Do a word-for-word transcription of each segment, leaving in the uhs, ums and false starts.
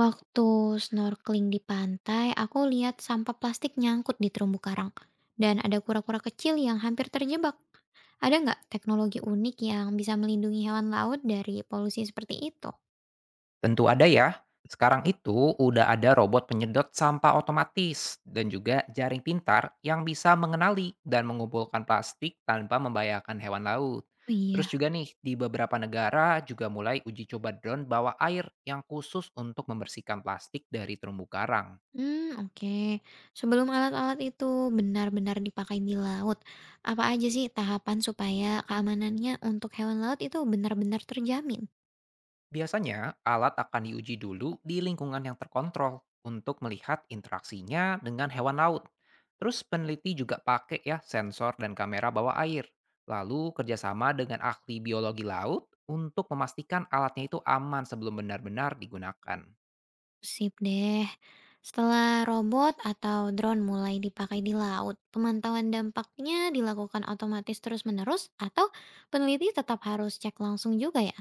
Waktu snorkeling di pantai, aku lihat sampah plastik nyangkut di terumbu karang, dan ada kura-kura kecil yang hampir terjebak. Ada nggak teknologi unik yang bisa melindungi hewan laut dari polusi seperti itu? Tentu ada ya. Sekarang itu udah ada robot penyedot sampah otomatis dan juga jaring pintar yang bisa mengenali dan mengumpulkan plastik tanpa membahayakan hewan laut. Oh iya. Terus juga nih, di beberapa negara juga mulai uji coba drone bawah air yang khusus untuk membersihkan plastik dari terumbu karang. Hmm, oke. Sebelum alat-alat itu benar-benar dipakai di laut, apa aja sih tahapan supaya keamanannya untuk hewan laut itu benar-benar terjamin? Biasanya, alat akan diuji dulu di lingkungan yang terkontrol untuk melihat interaksinya dengan hewan laut. Terus peneliti juga pakai ya sensor dan kamera bawah air. Lalu kerjasama dengan ahli biologi laut untuk memastikan alatnya itu aman sebelum benar-benar digunakan. Sip deh. Setelah robot atau drone mulai dipakai di laut, pemantauan dampaknya dilakukan otomatis terus-menerus atau peneliti tetap harus cek langsung juga ya?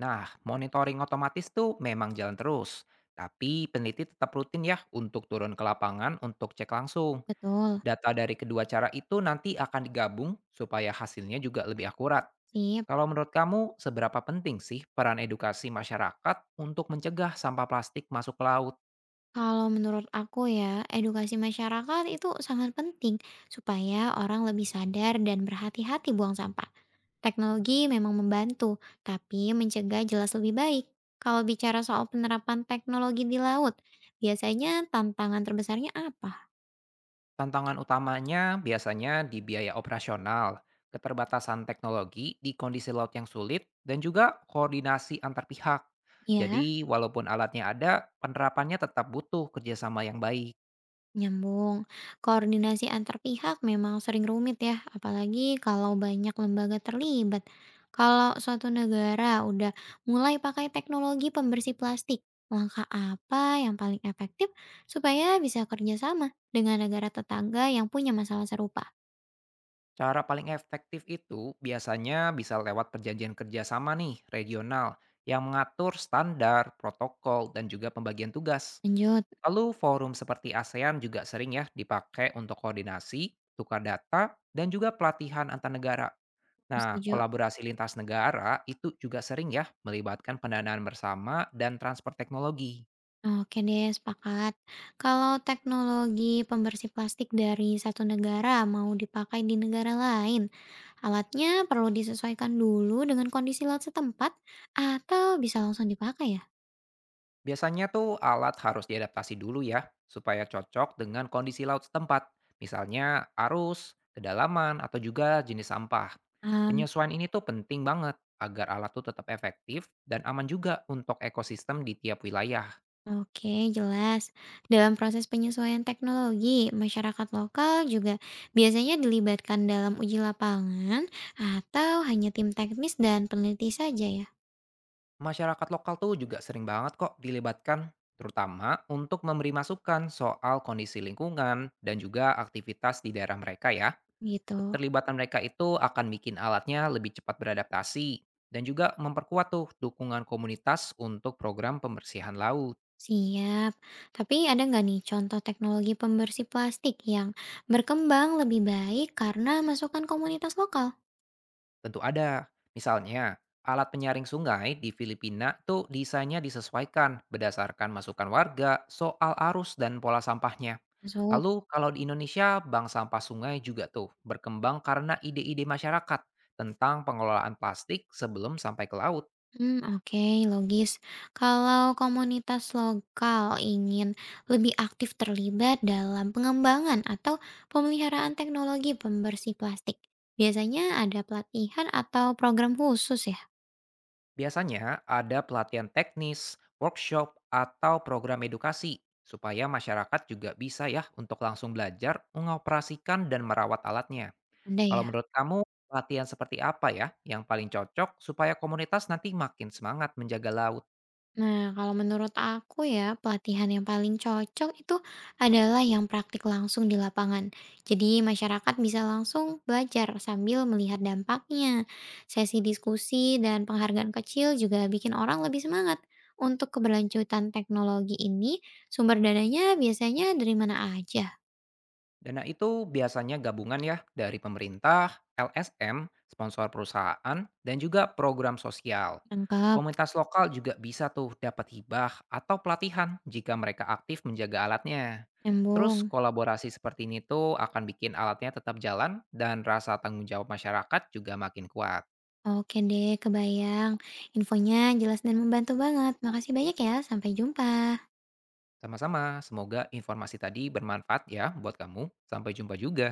Nah, monitoring otomatis tuh memang jalan terus. Tapi peneliti tetap rutin ya untuk turun ke lapangan untuk cek langsung. Betul. Data dari kedua cara itu nanti akan digabung supaya hasilnya juga lebih akurat. Sip. Kalau menurut kamu, seberapa penting sih peran edukasi masyarakat untuk mencegah sampah plastik masuk ke laut? Kalau menurut aku ya, edukasi masyarakat itu sangat penting supaya orang lebih sadar dan berhati-hati buang sampah. Teknologi memang membantu, tapi mencegah jelas lebih baik. Kalau bicara soal penerapan teknologi di laut, biasanya tantangan terbesarnya apa? Tantangan utamanya biasanya di biaya operasional, keterbatasan teknologi di kondisi laut yang sulit, dan juga koordinasi antar pihak. Ya, Jadi, walaupun alatnya ada, penerapannya tetap butuh kerjasama yang baik. nyambung. Koordinasi antar pihak memang sering rumit ya, apalagi kalau banyak lembaga terlibat. Kalau suatu negara udah mulai pakai teknologi pembersih plastik, langkah apa yang paling efektif supaya bisa kerjasama dengan negara tetangga yang punya masalah serupa? Cara paling efektif itu biasanya bisa lewat perjanjian kerjasama nih, regional, yang mengatur standar, protokol, dan juga pembagian tugas. Lanjut, Lalu forum seperti ASEAN juga sering ya dipakai untuk koordinasi, tukar data, dan juga pelatihan antar negara. Nah, setuju. kolaborasi lintas negara itu juga sering ya melibatkan pendanaan bersama dan transfer teknologi. Oke deh, sepakat. Kalau teknologi pembersih plastik dari satu negara mau dipakai di negara lain, alatnya perlu disesuaikan dulu dengan kondisi laut setempat atau bisa langsung dipakai ya? Biasanya tuh alat harus diadaptasi dulu ya, supaya cocok dengan kondisi laut setempat. Misalnya arus, kedalaman, atau juga jenis sampah. Am, Penyesuaian ini tuh penting banget agar alat tuh tetap efektif dan aman juga untuk ekosistem di tiap wilayah. Oke, jelas. Dalam proses penyesuaian teknologi, masyarakat lokal juga biasanya dilibatkan dalam uji lapangan atau hanya tim teknis dan peneliti saja ya, Masyarakat lokal tuh juga sering banget kok dilibatkan, terutama untuk memberi masukan soal kondisi lingkungan dan juga aktivitas di daerah mereka ya. gitu. Keterlibatan mereka itu akan bikin alatnya lebih cepat beradaptasi dan juga memperkuat tuh dukungan komunitas untuk program pembersihan laut. Siap. Tapi ada nggak nih contoh teknologi pembersih plastik yang berkembang lebih baik karena masukan komunitas lokal? Tentu ada. Misalnya, alat penyaring sungai di Filipina tuh desainnya disesuaikan berdasarkan masukan warga soal arus dan pola sampahnya. Masuk. Lalu kalau di Indonesia, bank sampah sungai juga tuh berkembang karena ide-ide masyarakat tentang pengelolaan plastik sebelum sampai ke laut. Hmm, oke, logis. Kalau komunitas lokal ingin lebih aktif terlibat dalam pengembangan atau pemeliharaan teknologi pembersih plastik, biasanya ada pelatihan atau program khusus ya? Biasanya ada pelatihan teknis, workshop, atau program edukasi supaya masyarakat juga bisa ya untuk langsung belajar mengoperasikan dan merawat alatnya. Ada Kalau ya? menurut kamu, latihan seperti apa ya yang paling cocok supaya komunitas nanti makin semangat menjaga laut? Nah, kalau menurut aku ya, pelatihan yang paling cocok itu adalah yang praktik langsung di lapangan. Jadi, masyarakat bisa langsung belajar sambil melihat dampaknya. Sesi diskusi dan penghargaan kecil juga bikin orang lebih semangat. Untuk keberlanjutan teknologi ini, sumber dananya biasanya dari mana aja? Dan itu biasanya gabungan ya dari pemerintah, L S M, sponsor perusahaan, dan juga program sosial. Lengkap, Komunitas lokal juga bisa tuh dapat hibah atau pelatihan jika mereka aktif menjaga alatnya. nyambung. Terus kolaborasi seperti ini tuh akan bikin alatnya tetap jalan dan rasa tanggung jawab masyarakat juga makin kuat. Oke deh, kebayang. Infonya jelas dan membantu banget. Makasih banyak ya, sampai jumpa. Sama-sama, semoga informasi tadi bermanfaat ya buat kamu. Sampai jumpa juga.